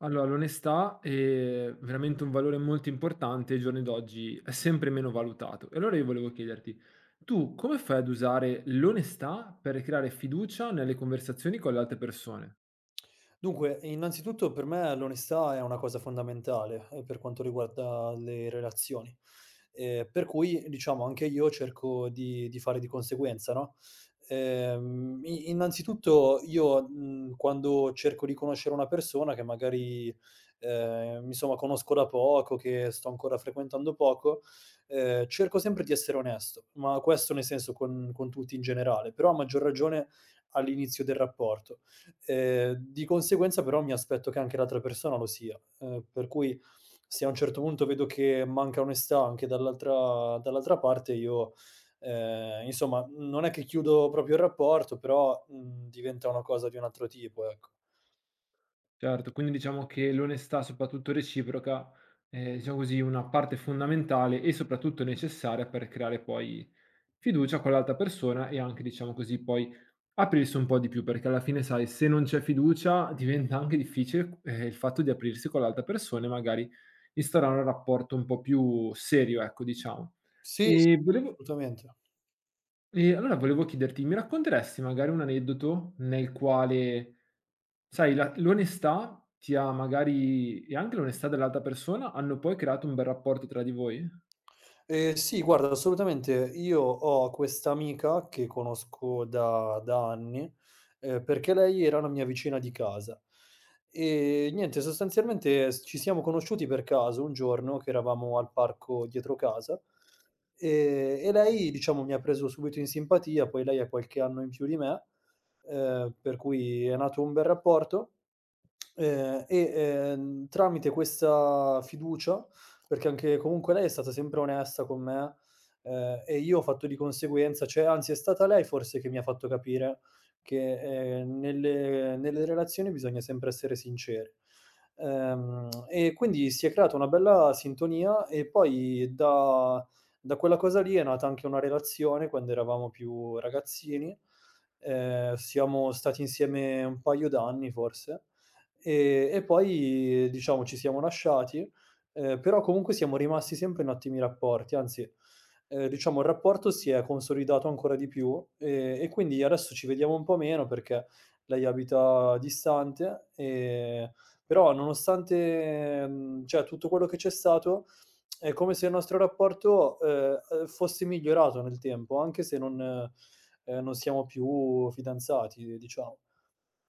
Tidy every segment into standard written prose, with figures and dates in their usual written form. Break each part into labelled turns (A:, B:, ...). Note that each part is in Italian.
A: Allora, l'onestà è veramente un valore molto importante ai giorni d'oggi, è sempre meno valutato. E allora io volevo chiederti, tu come fai ad usare l'onestà per creare fiducia nelle conversazioni con le altre persone?
B: Dunque, innanzitutto per me l'onestà è una cosa fondamentale, per quanto riguarda le relazioni, per cui diciamo anche io cerco di fare di conseguenza, no, i innanzitutto io, quando cerco di conoscere una persona che magari, insomma conosco da poco, che sto ancora frequentando poco, cerco sempre di essere onesto, ma questo nel senso con tutti in generale, però a maggior ragione all'inizio del rapporto. Di conseguenza però mi aspetto che anche l'altra persona lo sia, per cui se a un certo punto vedo che manca onestà anche dall'altra parte io, insomma, non è che chiudo proprio il rapporto, però, diventa una cosa di un altro tipo, ecco.
A: Certo, quindi diciamo che l'onestà, soprattutto reciproca, è diciamo così una parte fondamentale e soprattutto necessaria per creare poi fiducia con l'altra persona e anche, diciamo così, poi aprirsi un po' di più, perché alla fine, sai, se non c'è fiducia diventa anche difficile, il fatto di aprirsi con l'altra persona e magari instaurare un rapporto un po' più serio, ecco, diciamo.
B: Sì, sì,
A: E volevo
B: assolutamente.
A: e allora volevo chiederti, mi racconteresti magari un aneddoto nel quale sai la l'onestà ti ha magari, e anche l'onestà dell'altra persona, hanno poi creato un bel rapporto tra di voi?
B: Sì, guarda, assolutamente. Io ho questa amica che conosco da anni, perché lei era una mia vicina di casa. E niente, sostanzialmente s ci siamo conosciuti per caso un giorno che eravamo al parco dietro casa, e lei diciamo mi ha preso subito in simpatia, poi lei ha qualche anno in più di me, per cui è nato un bel rapporto. Tramite questa fiducia, perché anche comunque lei è stata sempre onesta con me, e io ho fatto di conseguenza, cioè anzi è stata lei forse che mi ha fatto capire che, nelle relazioni bisogna sempre essere sinceri. E quindi si è creata una bella sintonia e poi da quella cosa lì è nata anche una relazione quando eravamo più ragazzini. Siamo stati insieme un paio d'anni forse. E poi diciamo ci siamo lasciati, però comunque siamo rimasti sempre in ottimi rapporti, anzi, diciamo il rapporto si è consolidato ancora di più, e quindi adesso ci vediamo un po' meno perché lei abita distante, però nonostante, cioè tutto quello che c'è stato, è come se il nostro rapporto, fosse migliorato nel tempo, anche se non siamo più fidanzati diciamo.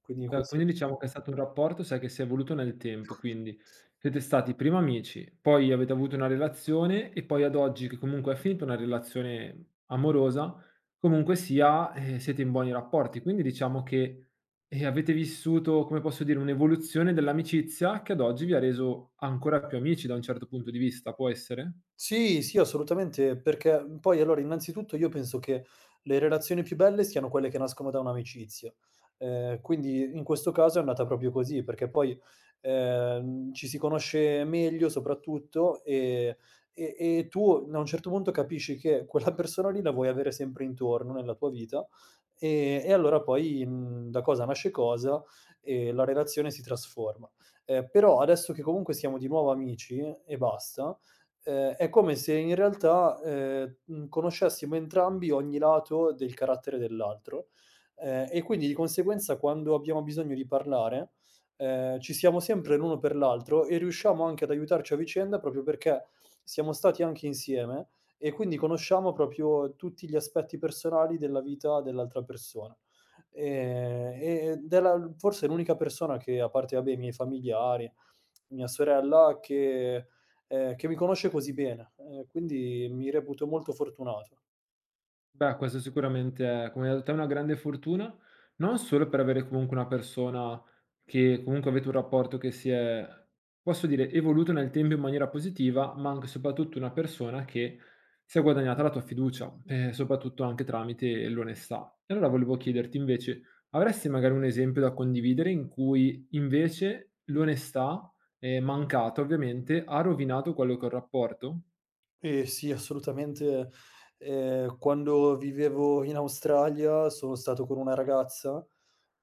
B: Quindi
A: Ehm,
B: questo.
A: quindi diciamo che è stato un rapporto, sai, che si è evoluto nel tempo, quindi siete stati prima amici, poi avete avuto una relazione e poi ad oggi che comunque è finita una relazione amorosa, comunque sia, siete in buoni rapporti. Quindi diciamo che, avete vissuto, come posso dire, un'evoluzione dell'amicizia che ad oggi vi ha reso ancora più amici da un certo punto di vista, può essere?
B: Sì, sì, assolutamente, perché, poi allora innanzitutto io penso che le relazioni più belle siano quelle che nascono da un'amicizia. Quindi in questo caso è andata proprio così, perché poi, ci si conosce meglio soprattutto, e tu a un certo punto capisci che quella persona lì la vuoi avere sempre intorno nella tua vita, e allora poi, da cosa nasce cosa e la relazione si trasforma. Però adesso che comunque siamo di nuovo amici e basta, è come se in realtà, conoscessimo entrambi ogni lato del carattere dell'altro, e quindi di conseguenza quando abbiamo bisogno di parlare, ci siamo sempre l'uno per l'altro e riusciamo anche ad aiutarci a vicenda proprio perché siamo stati anche insieme e quindi conosciamo proprio tutti gli aspetti personali della vita dell'altra persona. Ed è la forse l'unica persona che, a parte vabbè i miei familiari, mia sorella che mi conosce così bene, quindi mi reputo molto fortunato.
A: Beh, questo sicuramente è, come hai detto te, una grande fortuna, non solo per avere comunque una persona che comunque avete un rapporto che si è, posso dire, evoluto nel tempo in maniera positiva, ma anche e soprattutto una persona che si è guadagnata la tua fiducia, soprattutto anche tramite l'onestà. E allora volevo chiederti invece, avresti magari un esempio da condividere in cui invece l'onestà, mancata ovviamente, ha rovinato quello che è un rapporto?
B: Eh sì, assolutamente. Quando vivevo in Australia sono stato con una ragazza,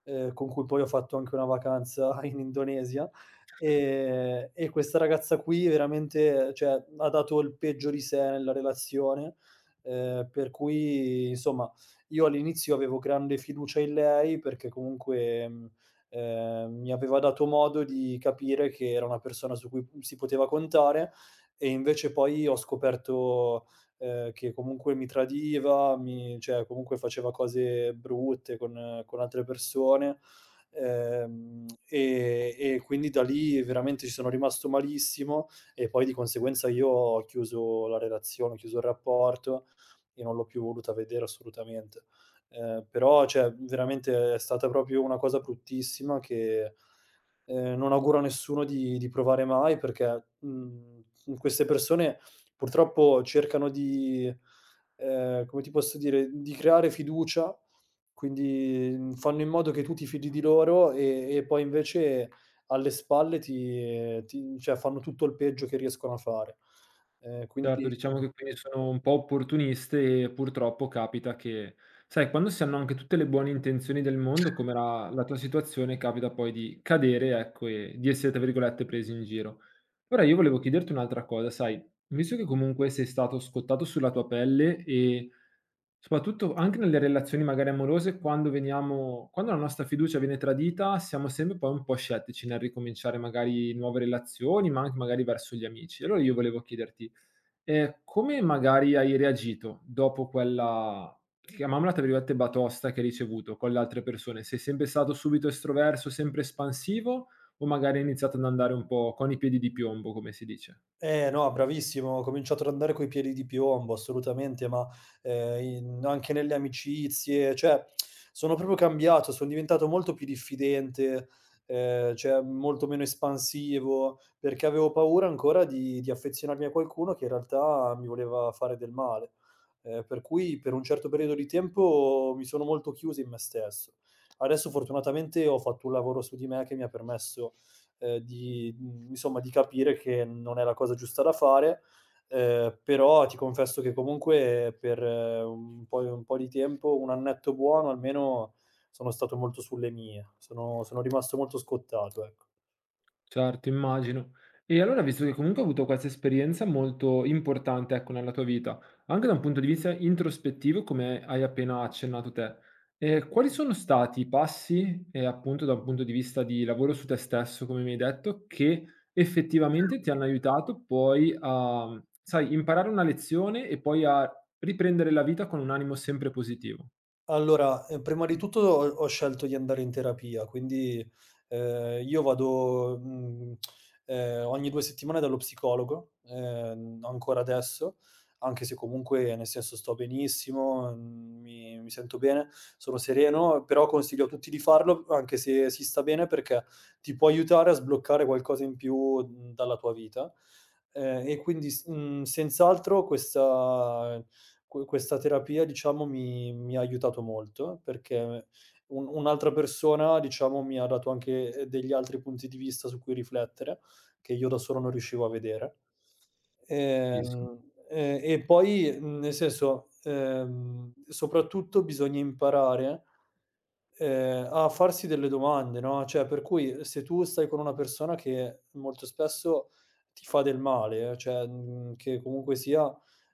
B: con cui poi ho fatto anche una vacanza in Indonesia, e questa ragazza qui veramente, cioè, ha dato il peggio di sé nella relazione, per cui insomma io all'inizio avevo grande fiducia in lei perché comunque, mi aveva dato modo di capire che era una persona su cui si poteva contare, e invece poi ho scoperto, che comunque mi tradiva, mi cioè comunque faceva cose brutte con altre persone, e quindi da lì veramente ci sono rimasto malissimo e poi di conseguenza io ho chiuso la relazione, ho chiuso il rapporto e non l'ho più voluta vedere assolutamente. Però cioè veramente è stata proprio una cosa bruttissima che non auguro a nessuno di provare mai perché, queste persone purtroppo cercano di, come ti posso dire, di creare fiducia, quindi, fanno in modo che tu ti fidi di loro e poi invece alle spalle ti cioè fanno tutto il peggio che riescono a fare. Ehm,
A: Certo,
B: quindi
A: diciamo che quindi sono un po' opportuniste e purtroppo capita che sai, quando si hanno anche tutte le buone intenzioni del mondo, come era la tua situazione, capita poi di cadere, ecco, e di essere, tra virgolette, "presi in giro". Ora io volevo chiederti un'altra cosa, sai, visto che comunque sei stato scottato sulla tua pelle e soprattutto anche nelle relazioni magari amorose, quando la nostra fiducia viene tradita, siamo sempre poi un po' scettici nel ricominciare magari nuove relazioni, ma anche magari verso gli amici. Allora io volevo chiederti, come magari hai reagito dopo quella, chiamiamola tra virgolette, "batosta" che hai ricevuto con le altre persone? Sei sempre stato subito estroverso, sempre espansivo, o magari hai iniziato ad andare un po' con i piedi di piombo, come si dice?
B: Eh no, bravissimo, ho cominciato ad andare coi piedi di piombo, assolutamente, ma, ehm, in anche nelle amicizie, cioè sono proprio cambiato, son diventato molto più diffidente, cioè molto meno espansivo, perché avevo paura ancora di affezionarmi a qualcuno che in realtà mi voleva fare del male. Per cui per un certo periodo di tempo mi sono molto chiuso in me stesso. Adesso fortunatamente ho fatto un lavoro su di me che mi ha permesso, di, insomma, di capire che non è la cosa giusta da fare, però ti confesso che comunque per, un po' di tempo, un annetto buono almeno, sono stato molto sulle mie. Sono rimasto molto scottato, ecco.
A: Certo, immagino. E allora, visto che comunque hai avuto questa esperienza molto importante, ecco, nella tua vita, anche da un punto di vista introspettivo, come hai appena accennato te, quali sono stati i passi, appunto da un punto di vista di lavoro su te stesso, come mi hai detto, che effettivamente ti hanno aiutato poi a, sai, imparare una lezione e poi a riprendere la vita con un animo sempre positivo?
B: Allora, prima di tutto ho scelto di andare in terapia, quindi, io vado, ogni 2 settimane dallo psicologo, ancora adesso, anche se comunque, nel senso, sto benissimo, mi sento bene, sono sereno, però consiglio a tutti di farlo, anche se si sta bene, perché ti può aiutare a sbloccare qualcosa in più, dalla tua vita. Senz'altro questa terapia diciamo mi ha aiutato molto, perché un'altra persona diciamo mi ha dato anche, degli altri punti di vista su cui riflettere, che io da solo non riuscivo a vedere.
A: Capisco.
B: E poi, nel senso, soprattutto bisogna imparare, a farsi delle domande, no, cioè per cui se tu stai con una persona che molto spesso ti fa del male, cioè, che comunque sia,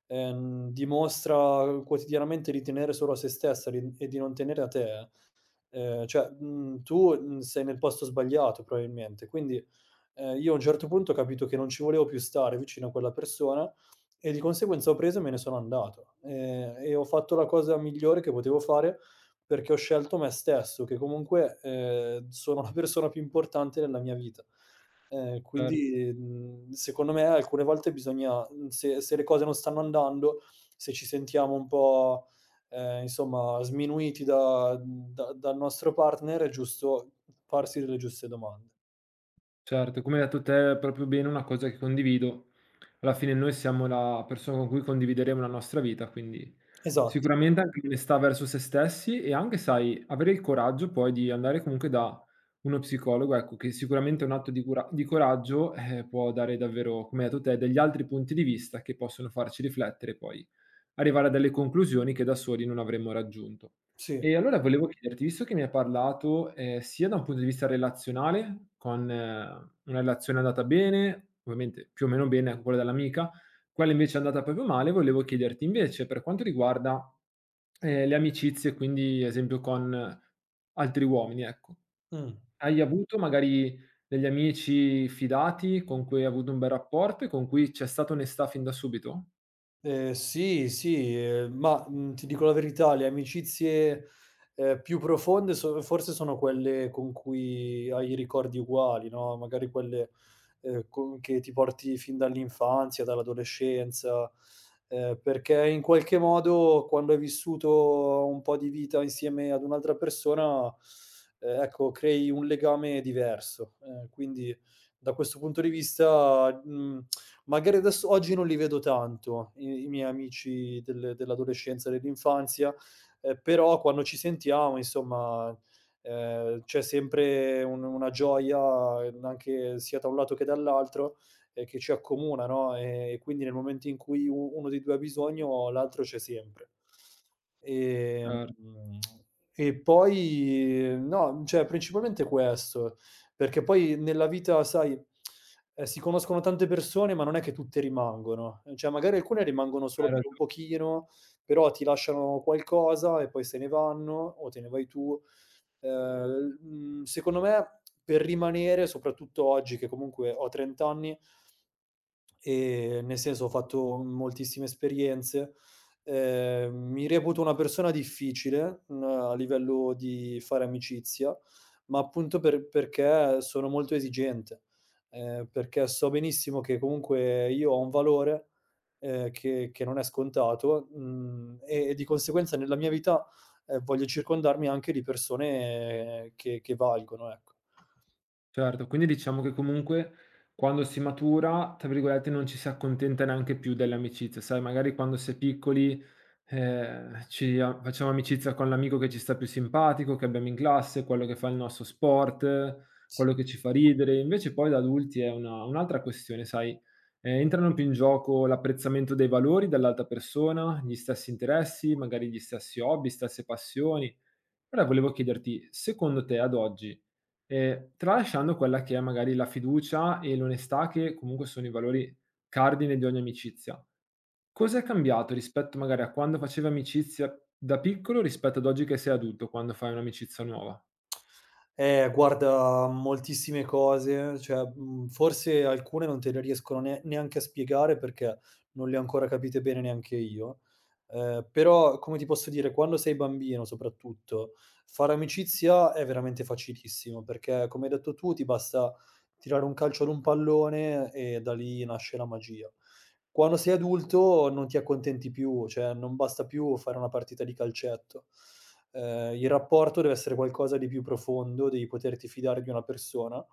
B: dimostra quotidianamente di tenere solo a se stessa di e di non tenere a te, eh. Cioè, tu, sei nel posto sbagliato probabilmente. Quindi, io a un certo punto ho capito che non ci volevo più stare vicino a quella persona e di conseguenza ho preso e me ne sono andato. E ho fatto la cosa migliore che potevo fare perché ho scelto me stesso, che comunque, sono la persona più importante nella mia vita.
A: Certo,
B: Quindi, secondo me alcune volte bisogna, se le cose non stanno andando, se ci sentiamo un po', insomma sminuiti da da dal nostro partner è giusto farsi delle giuste domande.
A: certo, come hai detto te, è proprio bene una cosa che condivido. Alla fine noi siamo la persona con cui condivideremo la nostra vita, quindi
B: Esatto,
A: sicuramente anche onestà verso se stessi e anche, sai, avere il coraggio poi di andare comunque da uno psicologo, ecco, che sicuramente un atto di cura di coraggio, può dare davvero, come hai detto te, degli altri punti di vista che possono farci riflettere poi arrivare a delle conclusioni che da soli non avremmo raggiunto.
B: sì.
A: E allora volevo chiederti, visto che mi hai parlato, sia da un punto di vista relazionale, con una relazione andata bene, ovviamente più o meno bene anche quella dell'amica, quella invece è andata proprio male, volevo chiederti invece per quanto riguarda, le amicizie, quindi esempio con altri uomini, ecco.
B: Mh.
A: Hai avuto magari degli amici fidati con cui hai avuto un bel rapporto e con cui c'è stata onestà fin da subito?
B: Sì, sì, ma, ti dico la verità, le amicizie, più profonde forse sono quelle con cui hai i ricordi uguali, no, magari quelle, con che ti porti fin dall'infanzia, dall'adolescenza, perché in qualche modo quando hai vissuto un po' di vita insieme ad un'altra persona, ecco, crei un legame diverso. Quindi da questo punto di vista, mhmm magari adesso oggi non li vedo tanto i miei amici dell'adolescenza, dell'infanzia, però quando ci sentiamo insomma, c'è sempre un una gioia, anche sia da un lato che dall'altro, che ci accomuna, no, e quindi nel momento in cui u uno dei 2 ha bisogno, l'altro c'è sempre. Ehm,
A: Ehm,
B: e poi no, cioè principalmente questo. Perché poi nella vita, sai, si conoscono tante persone, ma non è che tutte rimangono. Cioè magari alcune rimangono solo
A: hai
B: per un
A: ragione.
B: pochino, però ti lasciano qualcosa e poi se ne vanno o te ne vai tu. Secondo me per rimanere, soprattutto oggi che comunque ho 30 anni. Nel senso ho fatto moltissime esperienze. Mi reputo una persona difficile, a livello di fare amicizia, ma appunto perché sono molto esigente, perché so benissimo che comunque io ho un valore, che non è scontato, e di conseguenza nella mia vita, voglio circondarmi anche di persone, che valgono, ecco.
A: Certo, quindi diciamo che comunque quando si matura, tra virgolette, "non ci si accontenta neanche più delle amicizie", sai, magari quando si è piccoli, ci a facciamo amicizia con l'amico che ci sta più simpatico, che abbiamo in classe, quello che fa il nostro sport, quello che ci fa ridere. Invece poi da adulti è una un'altra questione, sai, entrano più in gioco l'apprezzamento dei valori dell'altra persona, gli stessi interessi, magari gli stessi hobby, stesse passioni. Allora volevo chiederti, secondo te ad oggi, tralasciando quella che è magari la fiducia e l'onestà che comunque sono i valori cardine di ogni amicizia, cos'è cambiato rispetto magari a quando facevi amicizia da piccolo rispetto ad oggi che sei adulto, quando fai un'amicizia nuova?
B: Guarda, moltissime cose, cioè, forse alcune non te le riescono ne neanche a spiegare perché non le ho ancora capite bene neanche io. Però, come ti posso dire, quando sei bambino soprattutto, fare amicizia è veramente facilissimo, perché come hai detto tu, ti basta tirare un calcio ad un pallone e da lì nasce la magia. Quando sei adulto non ti accontenti più, cioè non basta più fare una partita di calcetto. Il rapporto deve essere qualcosa di più profondo, devi poterti fidare di una persona,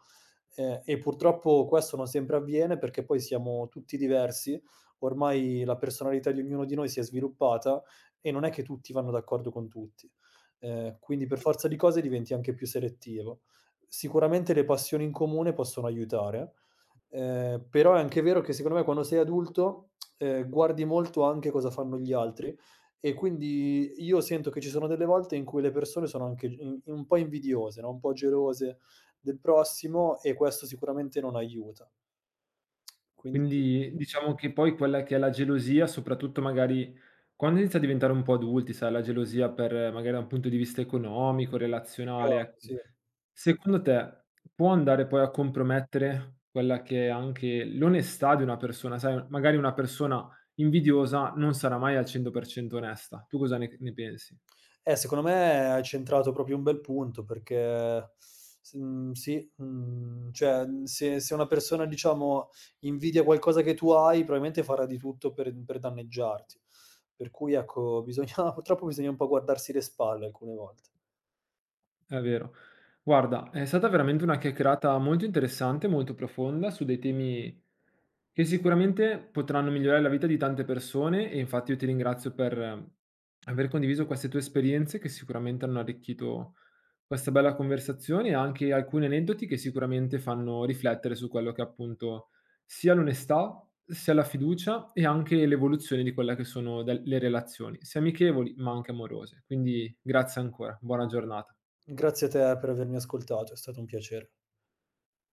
B: e purtroppo questo non sempre avviene perché poi siamo tutti diversi, ormai la personalità di ognuno di noi si è sviluppata e non è che tutti vanno d'accordo con tutti. Quindi per forza di cose diventi anche più selettivo. Sicuramente le passioni in comune possono aiutare, però è anche vero che secondo me quando sei adulto, guardi molto anche cosa fanno gli altri e quindi io sento che ci sono delle volte in cui le persone sono anche in un po' invidiose, no, un po' gelose del prossimo e questo sicuramente non aiuta. Quindi.
A: Quindi diciamo che poi quella che è la gelosia, soprattutto magari quando inizi a diventare un po' adulti, sai, la gelosia per magari da un punto di vista economico, relazionale,
B: Bravo,
A: ecco.
B: sì.
A: Secondo te, può andare poi a compromettere quella che è anche l'onestà di una persona? Sai, magari una persona invidiosa non sarà mai al 100% onesta. Tu cosa ne pensi?
B: Secondo me hai centrato proprio un bel punto perché, sì, cioè, se una persona, diciamo, invidia qualcosa che tu hai, probabilmente farà di tutto per danneggiarti. Per cui ecco, bisogna purtroppo bisogna un po' guardarsi le spalle alcune volte.
A: È vero. Guarda, è stata veramente una chiacchierata molto interessante, molto profonda su dei temi che sicuramente potranno migliorare la vita di tante persone e infatti io ti ringrazio per aver condiviso queste tue esperienze che sicuramente hanno arricchito questa bella conversazione e anche alcuni aneddoti che sicuramente fanno riflettere su quello che appunto sia l'onestà, sia la fiducia e anche l'evoluzione di quelle che sono del- le relazioni, sia amichevoli ma anche amorose. Quindi grazie ancora, buona giornata.
B: Grazie a te per avermi ascoltato, è stato un piacere.